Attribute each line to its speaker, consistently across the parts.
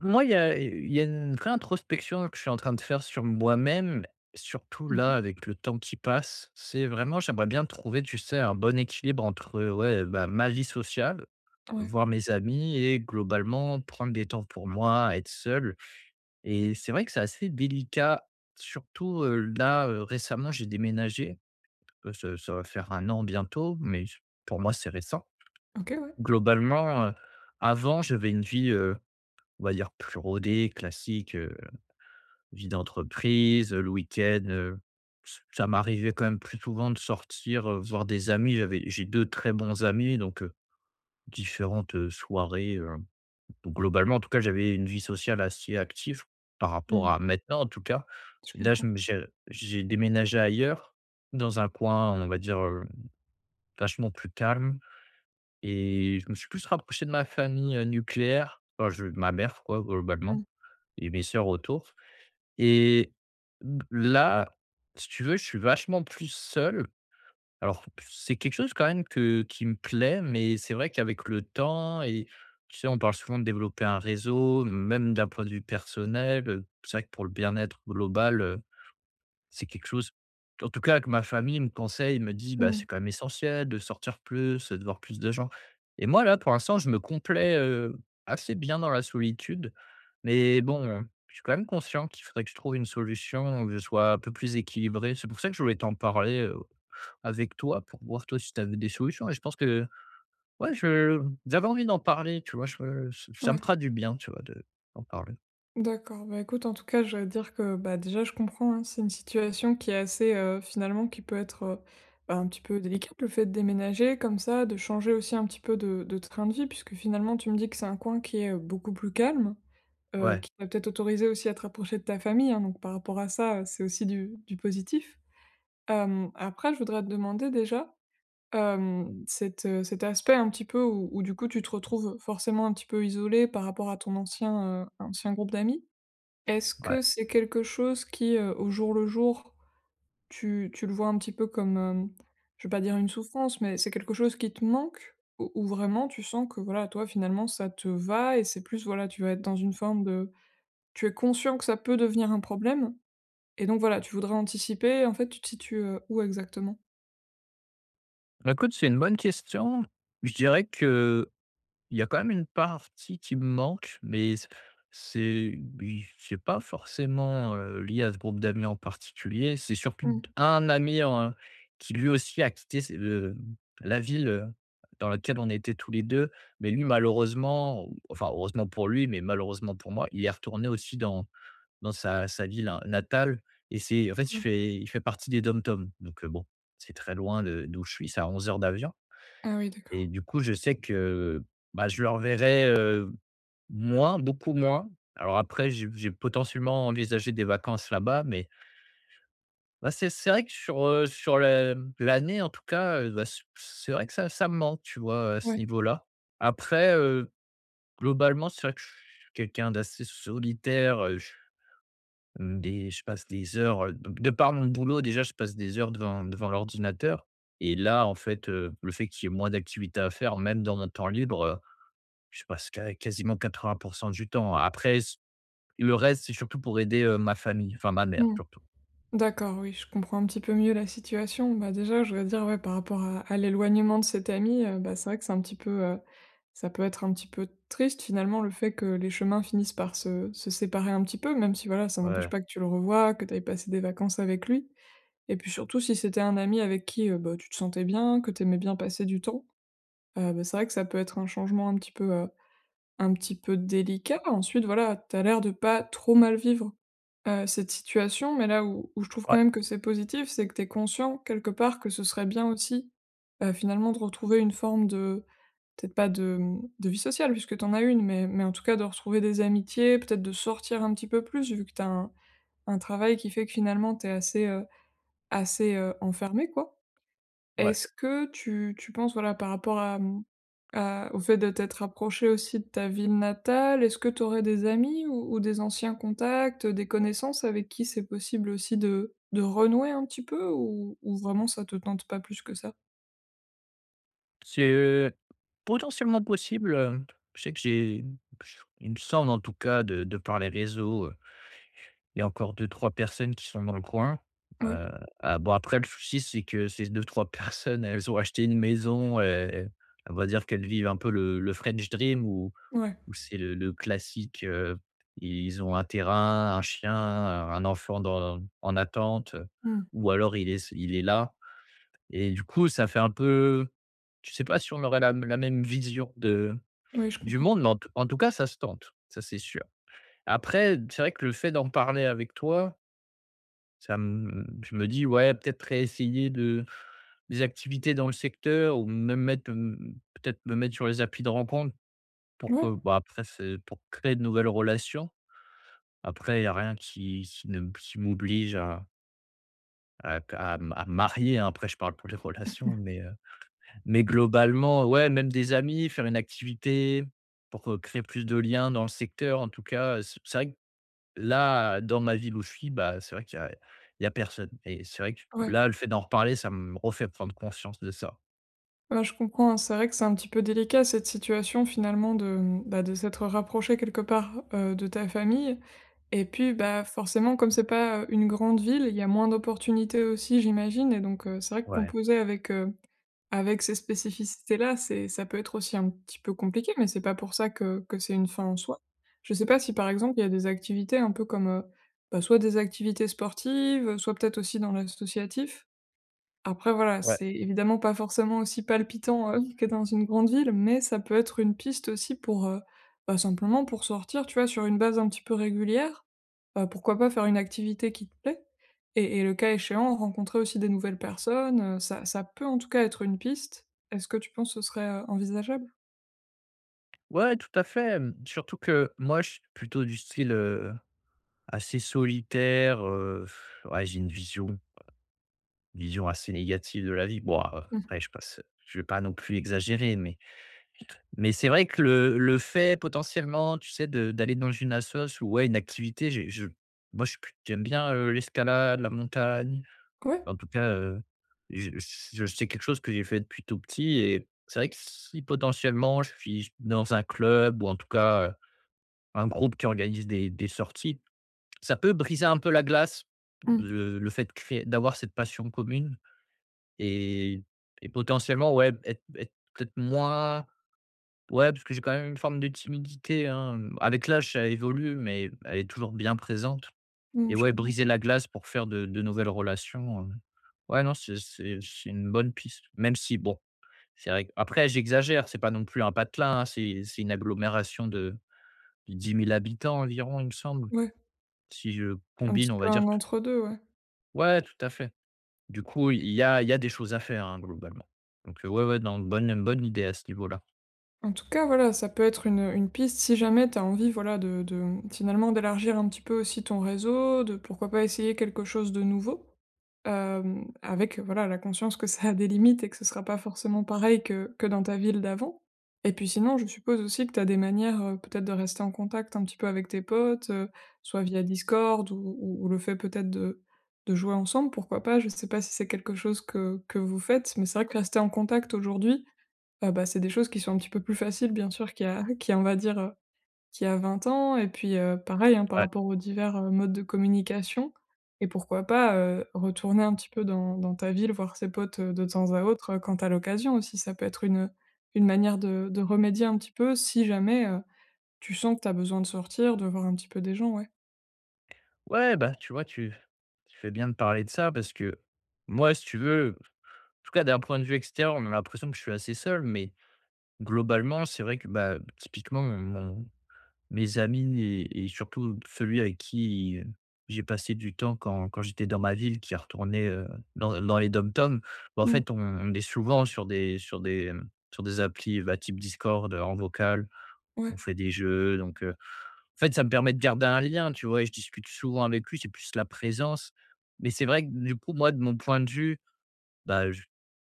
Speaker 1: Moi, il y a une vraie introspection que je suis en train de faire sur moi-même, surtout
Speaker 2: Mmh
Speaker 1: là,
Speaker 2: mh.
Speaker 1: avec le temps qui passe. C'est vraiment, j'aimerais bien trouver, tu sais, un bon équilibre entre, ouais, bah, ma vie sociale,
Speaker 2: Ouais.
Speaker 1: voir mes amis et globalement prendre des temps pour moi, être seul. Et c'est vrai que c'est assez délicat, surtout, là, récemment, j'ai déménagé. Ça va faire un an bientôt, mais pour moi, c'est récent.
Speaker 2: OK, ouais.
Speaker 1: Globalement, avant, j'avais une vie, on va dire plus rodé, classique, vie d'entreprise, le week-end, ç ça m'arrivait quand même plus souvent de sortir, voir des amis. J'ai 2 très bons amis, donc différentes, soirées, donc globalement, en tout cas, j'avais une vie sociale assez active par rapport
Speaker 2: Mmh.
Speaker 1: à maintenant, en tout cas.
Speaker 2: Je
Speaker 1: Et là, je
Speaker 2: comprends.
Speaker 1: me j'ai déménagé ailleurs, dans un coin, on va dire, vachement plus calme, et je me suis plus rapproché de ma famille, nucléaire, enfin je ma mère quoi, globalement,
Speaker 2: Mmh.
Speaker 1: et mes sœurs autour. Et là, si tu veux, je suis vachement plus seul. Alors, c'est quelque chose quand même que qui me plaît, mais c'est vrai qu'avec le temps et tu sais, on parle souvent de développer un réseau, même d'un point de vue personnel, c'est vrai que pour le bien-être global, c'est quelque chose en tout cas que ma famille me conseille, me dit: «Bah,
Speaker 2: Mmh.
Speaker 1: c'est quand même essentiel de sortir plus, de voir plus de gens». Et moi là, pour l'instant, je me complais, assez bien dans la solitude. Mais bon, je suis quand même conscient qu'il faudrait que je trouve une solution, que je sois un peu plus équilibré. C'est pour ça que je voulais t'en parler, avec toi pour voir toi si tu avais des solutions, et je pense que ouais, je j'avais envie d'en parler, tu vois? Je Ça me
Speaker 2: Ouais.
Speaker 1: fera du bien, tu vois, de d'en parler.
Speaker 2: D'accord. Bah, écoute, en tout cas, je vais dire que, bah, déjà, je comprends, hein. C'est une situation qui est assez, finalement, qui peut être, bah, un petit peu délicate, le fait de déménager comme ça, de changer aussi un petit peu de train de vie, puisque finalement, tu me dis que c'est un coin qui est, beaucoup plus calme,
Speaker 1: Ouais,
Speaker 2: qui va peut-être t'autoriser aussi à te rapprocher de ta famille, hein, donc par rapport à ça, c'est aussi du positif. Après, je voudrais te demander déjà cet aspect un petit peu où du coup tu te retrouves forcément un petit peu isolé par rapport à ton ancien groupe d'amis. Est-ce
Speaker 1: ouais.
Speaker 2: que c'est quelque chose qui, au jour le jour, tu le vois un petit peu comme, je vais pas dire une souffrance, mais c'est quelque chose qui te manque? Ou vraiment tu sens que voilà, toi finalement ça te va et c'est plus voilà, tu vas être dans une forme de tu es conscient que ça peut devenir un problème et donc voilà, tu voudrais anticiper. En fait, tu te situes, où exactement?
Speaker 1: Bah, écoute, c'est une bonne question. Je dirais que il y a quand même une partie qui me manque, mais c'est oui, c'est pas forcément, lié à ce groupe d'amis en particulier. C'est surtout
Speaker 2: Mmh,
Speaker 1: un ami en qui lui aussi a quitté c'est la ville, dans laquelle on était tous les 2, mais lui malheureusement, enfin heureusement pour lui, mais malheureusement pour moi, il est retourné aussi dans sa ville hein, natale. Et c'est en fait, il
Speaker 2: ouais.
Speaker 1: fait il fait partie des DOM-TOM, donc bon, c'est très loin de d'où je suis, c'est à 11 heures d'avion.
Speaker 2: Ah oui,
Speaker 1: Et
Speaker 2: d'accord.
Speaker 1: du coup, je sais que, bah, je leur verrai moins, beaucoup moins. Alors après, j'ai potentiellement envisagé des vacances là-bas, mais bah, c'est vrai que sur, sur la l'année, en tout cas, bah, c'est vrai que ça me manque, tu vois, à ce
Speaker 2: Ouais.
Speaker 1: niveau-là. Après, globalement, c'est vrai que je suis quelqu'un d'assez solitaire, je passe des heures, de par mon boulot, déjà, je passe des heures devant l'ordinateur. Et là, en fait, le fait qu'il y ait moins d'activités à faire, même dans mon temps libre, je passe quasiment 80 du temps. Après s le reste, c'est surtout pour aider, ma famille, enfin ma mère
Speaker 2: Mmh.
Speaker 1: surtout.
Speaker 2: D'accord, oui, je comprends un petit peu mieux la situation. Bah, déjà, je voudrais dire, ouais, par rapport à l'éloignement de cet ami, bah, c'est vrai que c'est un petit peu, ça peut être un petit peu triste finalement le fait que les chemins finissent par se séparer un petit peu, même si voilà, ça n'empêche
Speaker 1: Ouais,
Speaker 2: pas que tu le revois, que tu aies passé des vacances avec lui. Et puis surtout, si c'était un ami avec qui bah, tu te sentais bien, que tu aimais bien passer du temps, bah, c'est vrai que ça peut être un changement un petit peu délicat. Ensuite, voilà, t'as l'air de pas trop mal vivre cette situation, mais là où je trouve quand
Speaker 1: ouais,
Speaker 2: même que c'est positif, c'est que tu es conscient quelque part que ce serait bien aussi, finalement de retrouver une forme de peut-être pas de vie sociale puisque tu en as une, mais en tout cas de retrouver des amitiés, peut-être de sortir un petit peu plus vu que tu as un travail qui fait que finalement tu es assez, enfermé quoi.
Speaker 1: ouais.
Speaker 2: Est-ce que tu penses, voilà, par rapport à au fait de t'être rapproché aussi de ta ville natale, est-ce que tu aurais des amis ou des anciens contacts, des connaissances avec qui c'est possible aussi de renouer un petit peu ou vraiment ça te tente pas plus que ça?
Speaker 1: C'est, potentiellement possible, je sais que j'ai j il me semble en tout cas de par les réseaux, il y a encore deux trois personnes qui sont dans le coin.
Speaker 2: Ouais,
Speaker 1: Heu, ah bon, après le souci, c'est que ces deux trois personnes, elles ont acheté une maison et on va dire qu'elles vivent un peu le French dream. Où
Speaker 2: ouais.
Speaker 1: C'est le classique, ils ont un terrain, un chien, un enfant dans en attente,
Speaker 2: Mmh.
Speaker 1: ou alors il est là, et du coup, ça fait un peu, je sais pas si on aurait la même vision de
Speaker 2: Oui, je
Speaker 1: du
Speaker 2: comprends.
Speaker 1: monde, mais en tout cas, ça se tente, ça, c'est sûr. Après, c'est vrai que le fait d'en parler avec toi, ça me je me dis: «Ouais, peut-être réessayer de des activités dans le secteur, ou me mettre sur les applis de rencontre pour
Speaker 2: Ouais,
Speaker 1: que», bah, après c'est pour créer de nouvelles relations. Après, il y a rien qui qui ne qui m'oblige à m à me marier, hein. Après, je parle pour les relations, mais globalement, ouais, même des amis, faire une activité pour, créer plus de liens dans le secteur. En tout cas, c'est vrai que là, dans ma ville où je suis, bah, c'est vrai qu'il y a personne, et c'est vrai que
Speaker 2: ouais.
Speaker 1: là, le fait d'en reparler, ça me refait prendre conscience de ça.
Speaker 2: Bah, je comprends, c'est vrai que c'est un petit peu délicat cette situation finalement de, bah, de s'être rapproché quelque part de ta famille. Et puis bah forcément, comme c'est pas une grande ville, il y a moins d'opportunités aussi, j'imagine. Et donc c'est vrai que
Speaker 1: Ouais.
Speaker 2: composer avec, avec ces spécificités-là, c'est, ça peut être aussi un petit peu compliqué, mais c'est pas pour ça que c'est une fin en soi. Je sais pas si par exemple il y a des activités un peu comme bah, soit des activités sportives, soit peut-être aussi dans l'associatif après voilà,
Speaker 1: Ouais.
Speaker 2: c'est évidemment pas forcément aussi palpitant, que dans une grande ville, mais ça peut être une piste aussi pour, bah, simplement pour sortir, tu vois? Sur une base un petit peu régulière, pourquoi pas faire une activité qui te plaît et le cas échéant, rencontrer aussi des nouvelles personnes, ça peut en tout cas être une piste. Est-ce que tu penses que ce serait, envisageable?
Speaker 1: Ouais, tout à fait, surtout que moi, je suis plutôt du style, assez solitaire, ouais, j'ai une vision assez négative de la vie. Bon, a
Speaker 2: Mmh.
Speaker 1: après je vais pas non plus exagérer, mais c'est vrai que le fait potentiellement, tu sais, de d'aller dans une assos ou ouais, une activité, j'ai je moi, je suis plus j'aime bien, l'escalade, la montagne.
Speaker 2: Ouais.
Speaker 1: En tout cas, je je c'est quelque chose que j'ai fait depuis tout petit, et c'est vrai que si potentiellement je suis dans un club, ou en tout cas un groupe qui organise des sorties. Ça peut briser un peu la glace,
Speaker 2: Mmh.
Speaker 1: le fait de créer d'avoir cette passion commune, et et potentiellement, ouais, être peut-être moins, ouais, parce que j'ai quand même une forme de timidité, hein. Avec l'âge, ça évolue, mais elle est toujours bien présente.
Speaker 2: Mmh,
Speaker 1: Et
Speaker 2: je
Speaker 1: ouais,
Speaker 2: comprends.
Speaker 1: briser la glace pour faire de nouvelles relations, ouais, non, c'est une bonne piste. Même si bon, c'est vrai que, après j'exagère, c'est pas non plus un patelin, hein, c'est une agglomération de 10 000 habitants environ, il me semble.
Speaker 2: Ouais,
Speaker 1: Si je
Speaker 2: un
Speaker 1: combine,
Speaker 2: petit
Speaker 1: on
Speaker 2: peu
Speaker 1: va
Speaker 2: un
Speaker 1: dire t
Speaker 2: entre deux, ouais.
Speaker 1: ouais, tout à fait. Du coup, il y a des choses à faire, hein, globalement. Donc, ouais, ouais, non, bonne idée à ce niveau-là.
Speaker 2: En tout cas, voilà, ça peut être une piste si jamais tu as envie, voilà, finalement d'élargir un petit peu aussi ton réseau, de pourquoi pas essayer quelque chose de nouveau, avec voilà la conscience que ça a des limites et que ce sera pas forcément pareil que dans ta ville d'avant. Et puis sinon, je suppose aussi que tu as des manières peut-être de rester en contact un petit peu avec tes potes, soit via Discord ou le fait peut-être de jouer ensemble, pourquoi pas, je sais pas si c'est quelque chose que vous faites, mais c'est vrai que rester en contact aujourd'hui, bah, c'est des choses qui sont un petit peu plus faciles bien sûr qu'il y a qu'il y a on va dire, qu'il y a 20 ans et puis, pareil, hein, par
Speaker 1: Ouais.
Speaker 2: rapport aux divers, modes de communication et pourquoi pas, retourner un petit peu dans ta ville, voir ses potes, de temps à autre, quand t'as l'occasion aussi. Ça peut être une manière de remédier un petit peu si jamais, tu sens que t'as besoin de sortir, de voir un petit peu des gens, ouais.
Speaker 1: Ouais, bah, tu vois, tu fais bien de parler de ça, parce que moi, si tu veux, en tout cas d'un point de vue extérieur, on a l'impression que je suis assez seul, mais globalement, c'est vrai que, bah, typiquement mon mes amis, et surtout celui avec qui j'ai passé du temps quand j'étais dans ma ville, qui retournait, dans les DOM-TOM. Bah, en
Speaker 2: Mmh,
Speaker 1: fait, on est souvent sur des applis, bah, type Discord, en vocal. On
Speaker 2: ouais,
Speaker 1: fait des jeux, donc, en fait, ça me permet de garder un lien, tu vois? Et je discute souvent avec lui, c'est plus la présence. Mais c'est vrai que du coup, moi, de mon point de vue, bah,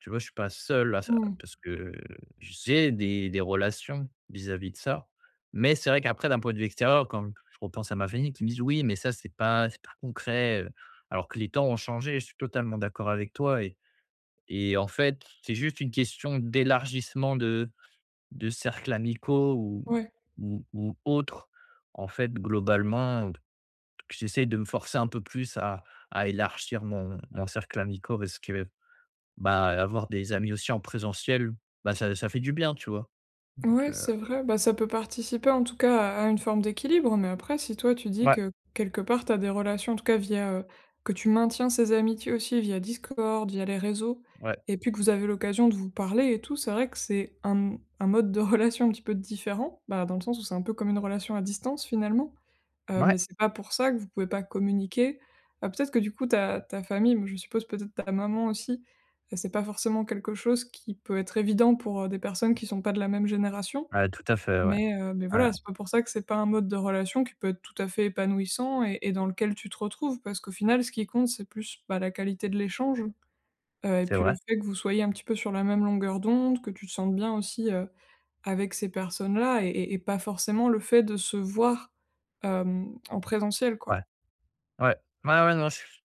Speaker 1: tu vois, je suis pas seul à ça,
Speaker 2: mmh,
Speaker 1: parce que j'ai des relations vis-à-vis de ça. Mais c'est vrai qu'après d'un point de vue extérieur, quand je repense à ma famille qui me disent: «Oui, mais ça c'est pas concret», alors que les temps ont changé. Je suis totalement d'accord avec toi, et en fait, c'est juste une question d'élargissement de cercles amicaux,
Speaker 2: ouais.
Speaker 1: ou autres. En fait, globalement, j'essaie de me forcer un peu plus à élargir mon cercle amical, parce que bah, avoir des amis aussi en présentiel, bah, ça fait du bien, tu vois? Donc
Speaker 2: Ouais, c'est vrai. Bah, ça peut participer en tout cas à une forme d'équilibre, mais après, si toi tu dis
Speaker 1: ouais,
Speaker 2: que quelque part tu as des relations, en tout cas via, que tu maintiens ces amitiés aussi via Discord, via les réseaux,
Speaker 1: ouais,
Speaker 2: et puis que vous avez l'occasion de vous parler et tout, c'est vrai que c'est un mode de relation un petit peu différent, bah, dans le sens où c'est un peu comme une relation à distance finalement. Mais
Speaker 1: ouais,
Speaker 2: c'est pas pour ça que vous pouvez pas communiquer. Peut-être que du coup ta famille, mais je suppose peut-être ta maman aussi, c'est pas forcément quelque chose qui peut être évident pour, des personnes qui sont pas de la même génération.
Speaker 1: ouais, tout à fait, ouais.
Speaker 2: Mais
Speaker 1: Ouais,
Speaker 2: voilà, c'est pas pour ça que c'est pas un mode de relation qui peut être tout à fait épanouissant et dans lequel tu te retrouves. Parce qu'au final, ce qui compte, c'est plus, bah, la qualité de l'échange, et
Speaker 1: c'est
Speaker 2: puis
Speaker 1: vrai,
Speaker 2: le fait que vous soyez un petit peu sur la même longueur d'onde, que tu te sentes bien aussi, avec ces personnes-là et pas forcément le fait de se voir, en présentiel, quoi.
Speaker 1: ouais, ouais, ouais, ouais, non, je suis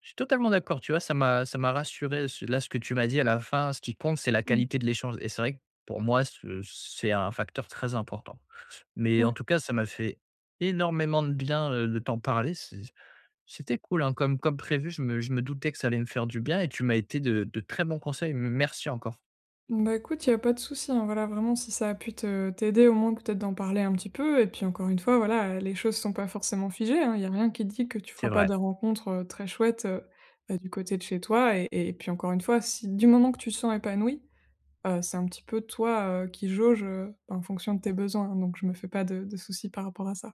Speaker 1: je suis totalement d'accord, tu vois? Ça m'a rassuré, ce que tu m'as dit à la fin, ce qui compte, c'est la
Speaker 2: Mmh.
Speaker 1: qualité de l'échange, et c'est vrai que pour moi, ce c'est un facteur très important. Mais
Speaker 2: Ouais.
Speaker 1: en tout cas, ça m'a fait énormément de bien, de t'en parler, c'était cool, hein, comme prévu, je me doutais que ça allait me faire du bien, et tu m'as été de très bons conseils, merci encore.
Speaker 2: Bah, écoute, il y a pas de souci, hein. Voilà, vraiment, si ça a pu te t'aider, au moins peut-être d'en parler un petit peu et puis encore une fois, voilà, les choses sont pas forcément figées, hein. Il y a rien qui dit que tu
Speaker 1: C'est
Speaker 2: feras pas
Speaker 1: vrai.
Speaker 2: des rencontres, très chouettes, bah, du côté de chez toi et puis encore une fois, si du moment que tu te sens épanoui, c'est un petit peu toi, qui jauge, en fonction de tes besoins, hein, donc je me fais pas de soucis par rapport à ça.